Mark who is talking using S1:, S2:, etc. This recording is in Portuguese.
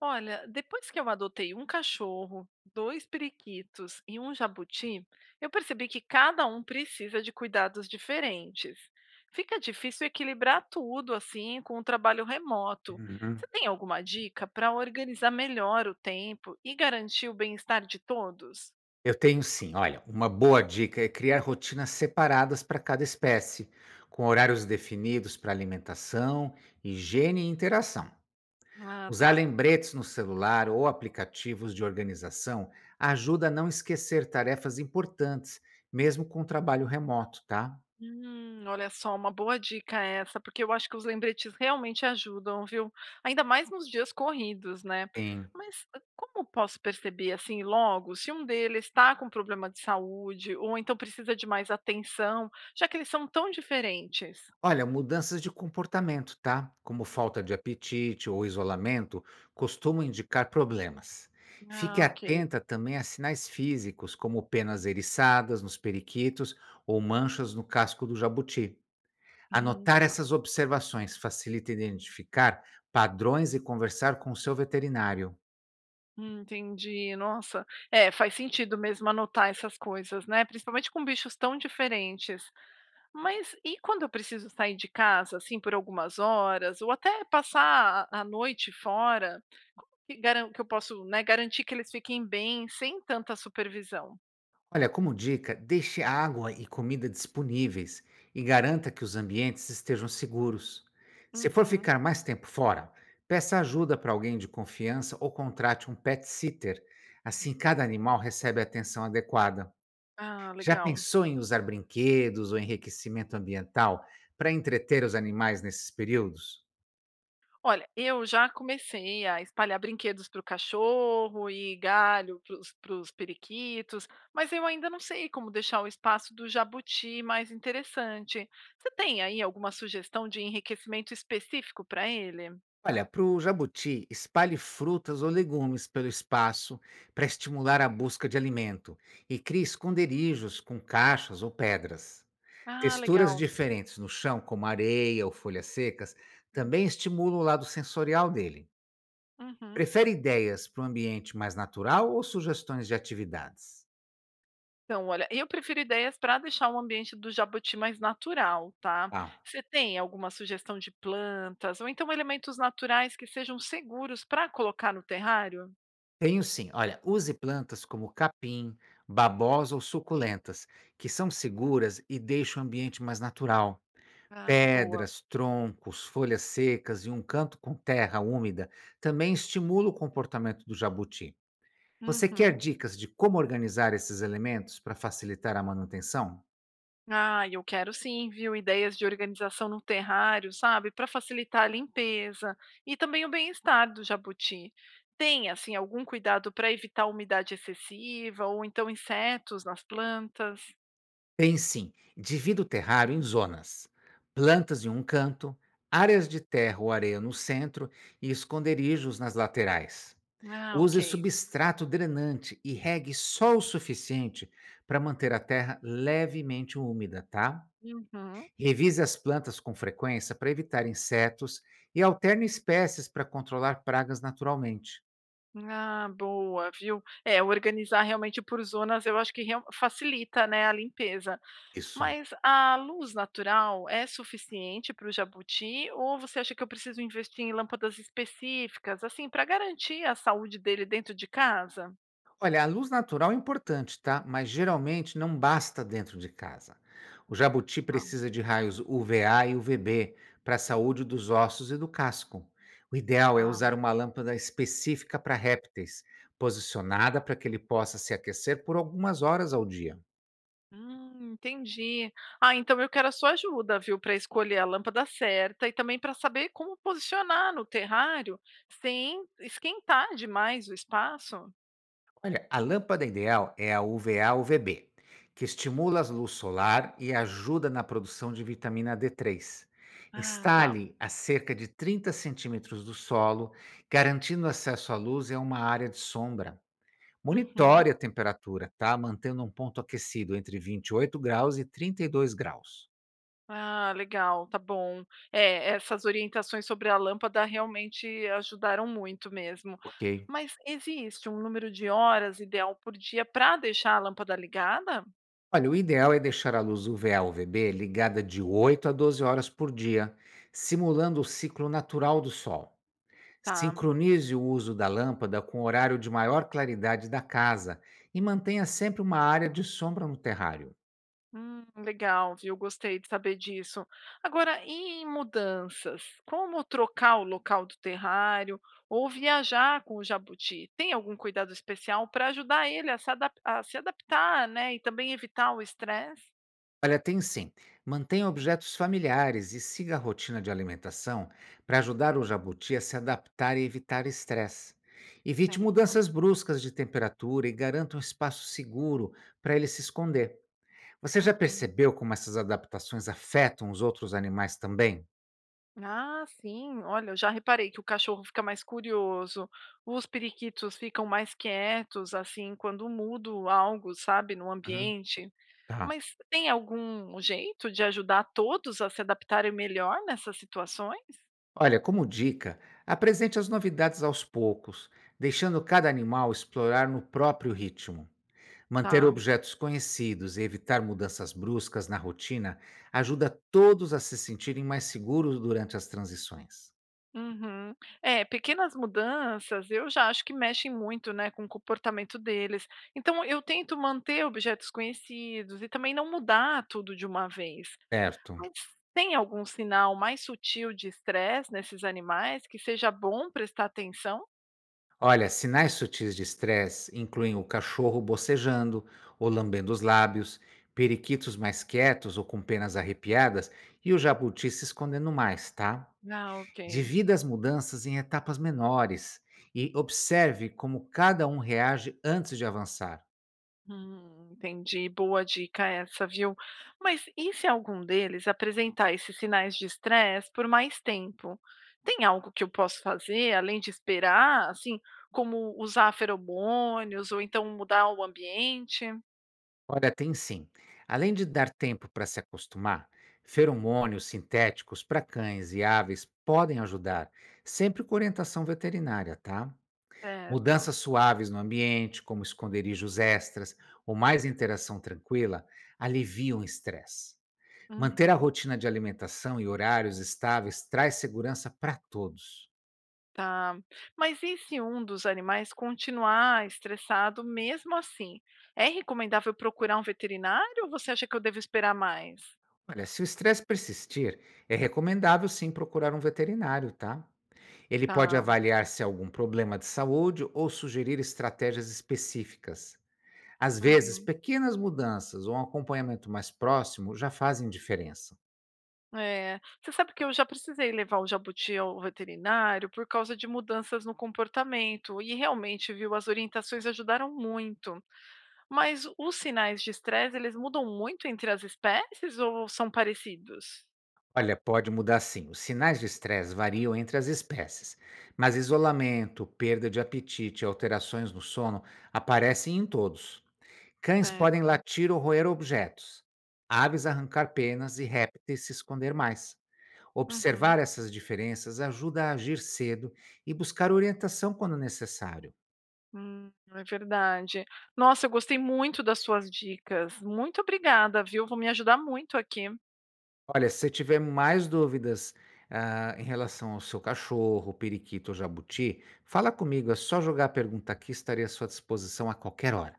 S1: Olha, depois que eu adotei um cachorro, dois periquitos e um jabuti, eu percebi que cada um precisa de cuidados diferentes. Fica difícil equilibrar tudo assim com o trabalho remoto. Você
S2: Uhum.
S1: tem alguma dica para organizar melhor o tempo e garantir o bem-estar de todos?
S2: Eu tenho sim. Olha, uma boa dica é criar rotinas separadas para cada espécie, com horários definidos para alimentação, higiene e interação.
S1: Ah,
S2: Usar
S1: tá.
S2: lembretes no celular ou aplicativos de organização ajuda a não esquecer tarefas importantes, mesmo com o trabalho remoto, tá?
S1: Olha só, uma boa dica essa, porque eu acho que os lembretes realmente ajudam, viu? Ainda mais nos dias corridos, né?
S2: Sim.
S1: Mas como posso perceber assim logo se um deles está com problema de saúde ou então precisa de mais atenção, já que eles são tão diferentes?
S2: Olha, mudanças de comportamento, tá? Como falta de apetite ou isolamento, costumam indicar problemas. Fique
S1: Ah, ok.
S2: atenta também a sinais físicos, como penas eriçadas nos periquitos ou manchas no casco do jabuti.
S1: Uhum,
S2: Anotar
S1: tá.
S2: essas observações facilita identificar padrões e conversar com o seu veterinário.
S1: Entendi. Nossa, é, faz sentido mesmo anotar essas coisas, né? Principalmente com bichos tão diferentes. Mas e quando eu preciso sair de casa, assim, por algumas horas, ou até passar a noite fora, que eu posso, né, garantir que eles fiquem bem sem tanta supervisão?
S2: Olha, como dica, deixe água e comida disponíveis e garanta que os ambientes estejam seguros. Se for
S1: Uhum.
S2: ficar mais tempo fora, peça ajuda para alguém de confiança ou contrate um pet sitter. Assim, cada animal recebe a atenção adequada.
S1: Ah,
S2: Já
S1: legal.
S2: pensou em usar brinquedos ou enriquecimento ambiental para entreter os animais nesses períodos?
S1: Olha, eu já comecei a espalhar brinquedos para o cachorro e galho para os periquitos, mas eu ainda não sei como deixar o espaço do jabuti mais interessante. Você tem aí alguma sugestão de enriquecimento específico para ele?
S2: Olha, para o jabuti, espalhe frutas ou legumes pelo espaço para estimular a busca de alimento e crie esconderijos com caixas ou pedras.
S1: Ah,
S2: Texturas
S1: legal.
S2: diferentes no chão, como areia ou folhas secas, também estimulam o lado sensorial dele.
S1: Uhum.
S2: Prefere ideias para um ambiente mais natural ou sugestões de atividades?
S1: Então, olha, eu prefiro ideias para deixar o ambiente do jabuti mais natural, tá?
S2: Ah,
S1: Você tem alguma sugestão de plantas ou então elementos naturais que sejam seguros para colocar no terrário?
S2: tenho sim. Olha, use plantas como capim, babosa ou suculentas, que são seguras e deixam o ambiente mais natural.
S1: Ah, boa.
S2: Pedras, troncos, folhas secas e um canto com terra úmida também estimula o comportamento do jabuti. Você quer
S1: Uhum.
S2: dicas de como organizar esses elementos para facilitar a manutenção?
S1: Ah, eu quero sim, viu? Ideias de organização no terrário, sabe? Para facilitar a limpeza e também o bem-estar do jabuti. Tem, assim, algum cuidado para evitar umidade excessiva ou então insetos nas plantas?
S2: Tem sim. Divida o terrário em zonas. Plantas em um canto, áreas de terra ou areia no centro e esconderijos nas laterais.
S1: Ah,
S2: Use
S1: ok.
S2: substrato drenante e regue só o suficiente para manter a terra levemente úmida, tá?
S1: Uhum.
S2: Revise as plantas com frequência para evitar insetos e alterne espécies para controlar pragas naturalmente.
S1: Ah, boa, viu? É, organizar realmente por zonas eu acho que facilita, né, a limpeza.
S2: Isso.
S1: Mas a luz natural é suficiente para o jabuti ou você acha que eu preciso investir em lâmpadas específicas, assim, para garantir a saúde dele dentro de casa?
S2: Olha, a luz natural é importante, tá? Mas geralmente não basta dentro de casa. O jabuti
S1: Ah,
S2: precisa de raios UVA e UVB para a saúde dos ossos e do casco. O ideal é
S1: tá.
S2: usar uma lâmpada específica para répteis, posicionada para que ele possa se aquecer por algumas horas ao dia.
S1: Entendi. Ah, então eu quero a sua ajuda, viu, para escolher a lâmpada certa e também para saber como posicionar no terrário sem esquentar demais o espaço.
S2: Olha, a lâmpada ideal é a UVA-UVB, que estimula a luz solar e ajuda na produção de vitamina D3.
S1: Ah, tá.
S2: Instale a cerca de 30 centímetros do solo, garantindo acesso à luz e a uma área de sombra.
S1: Uhum.
S2: Monitore a temperatura, tá? Mantendo um ponto aquecido entre 28 graus e 32 graus,
S1: Ah, legal, tá bom. É, essas orientações sobre a lâmpada realmente ajudaram muito mesmo.
S2: ok?
S1: Mas existe um número de horas ideal por dia para deixar a lâmpada ligada?
S2: Olha, o ideal é deixar a luz UVA-UVB ligada de 8 a 12 horas por dia, simulando o ciclo natural do sol.
S1: Tá.
S2: Sincronize o uso da lâmpada com o horário de maior claridade da casa e mantenha sempre uma área de sombra no terrário.
S1: Legal, viu? Gostei de saber disso. Agora, e em mudanças, como trocar o local do terrário ou viajar com o jabuti? Tem algum cuidado especial para ajudar ele a se adaptar, né? E também evitar o estresse?
S2: Olha, tem sim. Mantenha objetos familiares e siga a rotina de alimentação para ajudar o jabuti a se adaptar e evitar estresse. Evite
S1: Certo.
S2: mudanças bruscas de temperatura e garanta um espaço seguro para ele se esconder. Você já
S1: Uhum.
S2: percebeu como essas adaptações afetam os outros animais também?
S1: Ah, sim. Olha, eu já reparei que o cachorro fica mais curioso, os periquitos ficam mais quietos, assim, quando mudo algo, sabe, no
S2: Uhum.
S1: ambiente.
S2: Tá.
S1: Mas tem algum jeito de ajudar todos a se adaptarem melhor nessas situações?
S2: Olha, como dica, apresente as novidades aos poucos, deixando cada animal explorar no próprio ritmo. Manter
S1: Tá.
S2: objetos conhecidos e evitar mudanças bruscas na rotina ajuda todos a se sentirem mais seguros durante as transições.
S1: Uhum. É, pequenas mudanças eu já acho que mexem muito, né, com o comportamento deles. Então eu tento manter objetos conhecidos e também não mudar tudo de uma vez.
S2: Certo.
S1: Mas tem algum sinal mais sutil de estresse nesses animais que seja bom prestar atenção?
S2: Olha, sinais sutis de estresse incluem o cachorro bocejando ou lambendo os lábios, periquitos mais quietos ou com penas arrepiadas e o jabuti se escondendo mais, tá?
S1: Ah, ok.
S2: Divida as mudanças em etapas menores e observe como cada um reage antes de avançar.
S1: Entendi. Boa dica essa, viu? Mas e se algum deles apresentar esses sinais de estresse por mais tempo? Tem algo que eu posso fazer além de esperar, assim, como usar feromônios ou então mudar o ambiente?
S2: Olha, tem sim. Além de dar tempo para se acostumar, feromônios sintéticos para cães e aves podem ajudar, sempre com orientação veterinária, tá?
S1: Certo.
S2: Mudanças suaves no ambiente, como esconderijos extras ou mais interação tranquila, aliviam o estresse. Manter a
S1: Uhum.
S2: rotina de alimentação e horários estáveis traz segurança para todos.
S1: Tá. Mas e se um dos animais continuar estressado mesmo assim? É recomendável procurar um veterinário ou você acha que eu devo esperar mais?
S2: Olha, se o estresse persistir, é recomendável sim procurar um veterinário, tá? Ele pode
S1: Tá.
S2: avaliar se há algum problema de saúde ou sugerir estratégias específicas. Às vezes,
S1: Uhum.
S2: pequenas mudanças ou um acompanhamento mais próximo já fazem diferença.
S1: É, você sabe que eu já precisei levar o jabuti ao veterinário por causa de mudanças no comportamento e realmente, viu, as orientações ajudaram muito. Mas os sinais de estresse, eles mudam muito entre as espécies ou são parecidos?
S2: Olha, pode mudar sim. Os sinais de estresse variam entre as espécies, mas isolamento, perda de apetite e alterações no sono aparecem em todos. Cães podem
S1: Certo.
S2: latir ou roer objetos, aves arrancar penas e répteis se esconder mais.
S1: Uhum.
S2: Observar essas diferenças ajuda a agir cedo e buscar orientação quando necessário.
S1: É verdade. Nossa, eu gostei muito das suas dicas. Muito obrigada, viu? Vão me ajudar muito aqui.
S2: Olha, se você tiver mais dúvidas em relação ao seu cachorro, periquito ou jabuti, fala comigo, é só jogar a pergunta aqui, estarei à sua disposição a qualquer hora.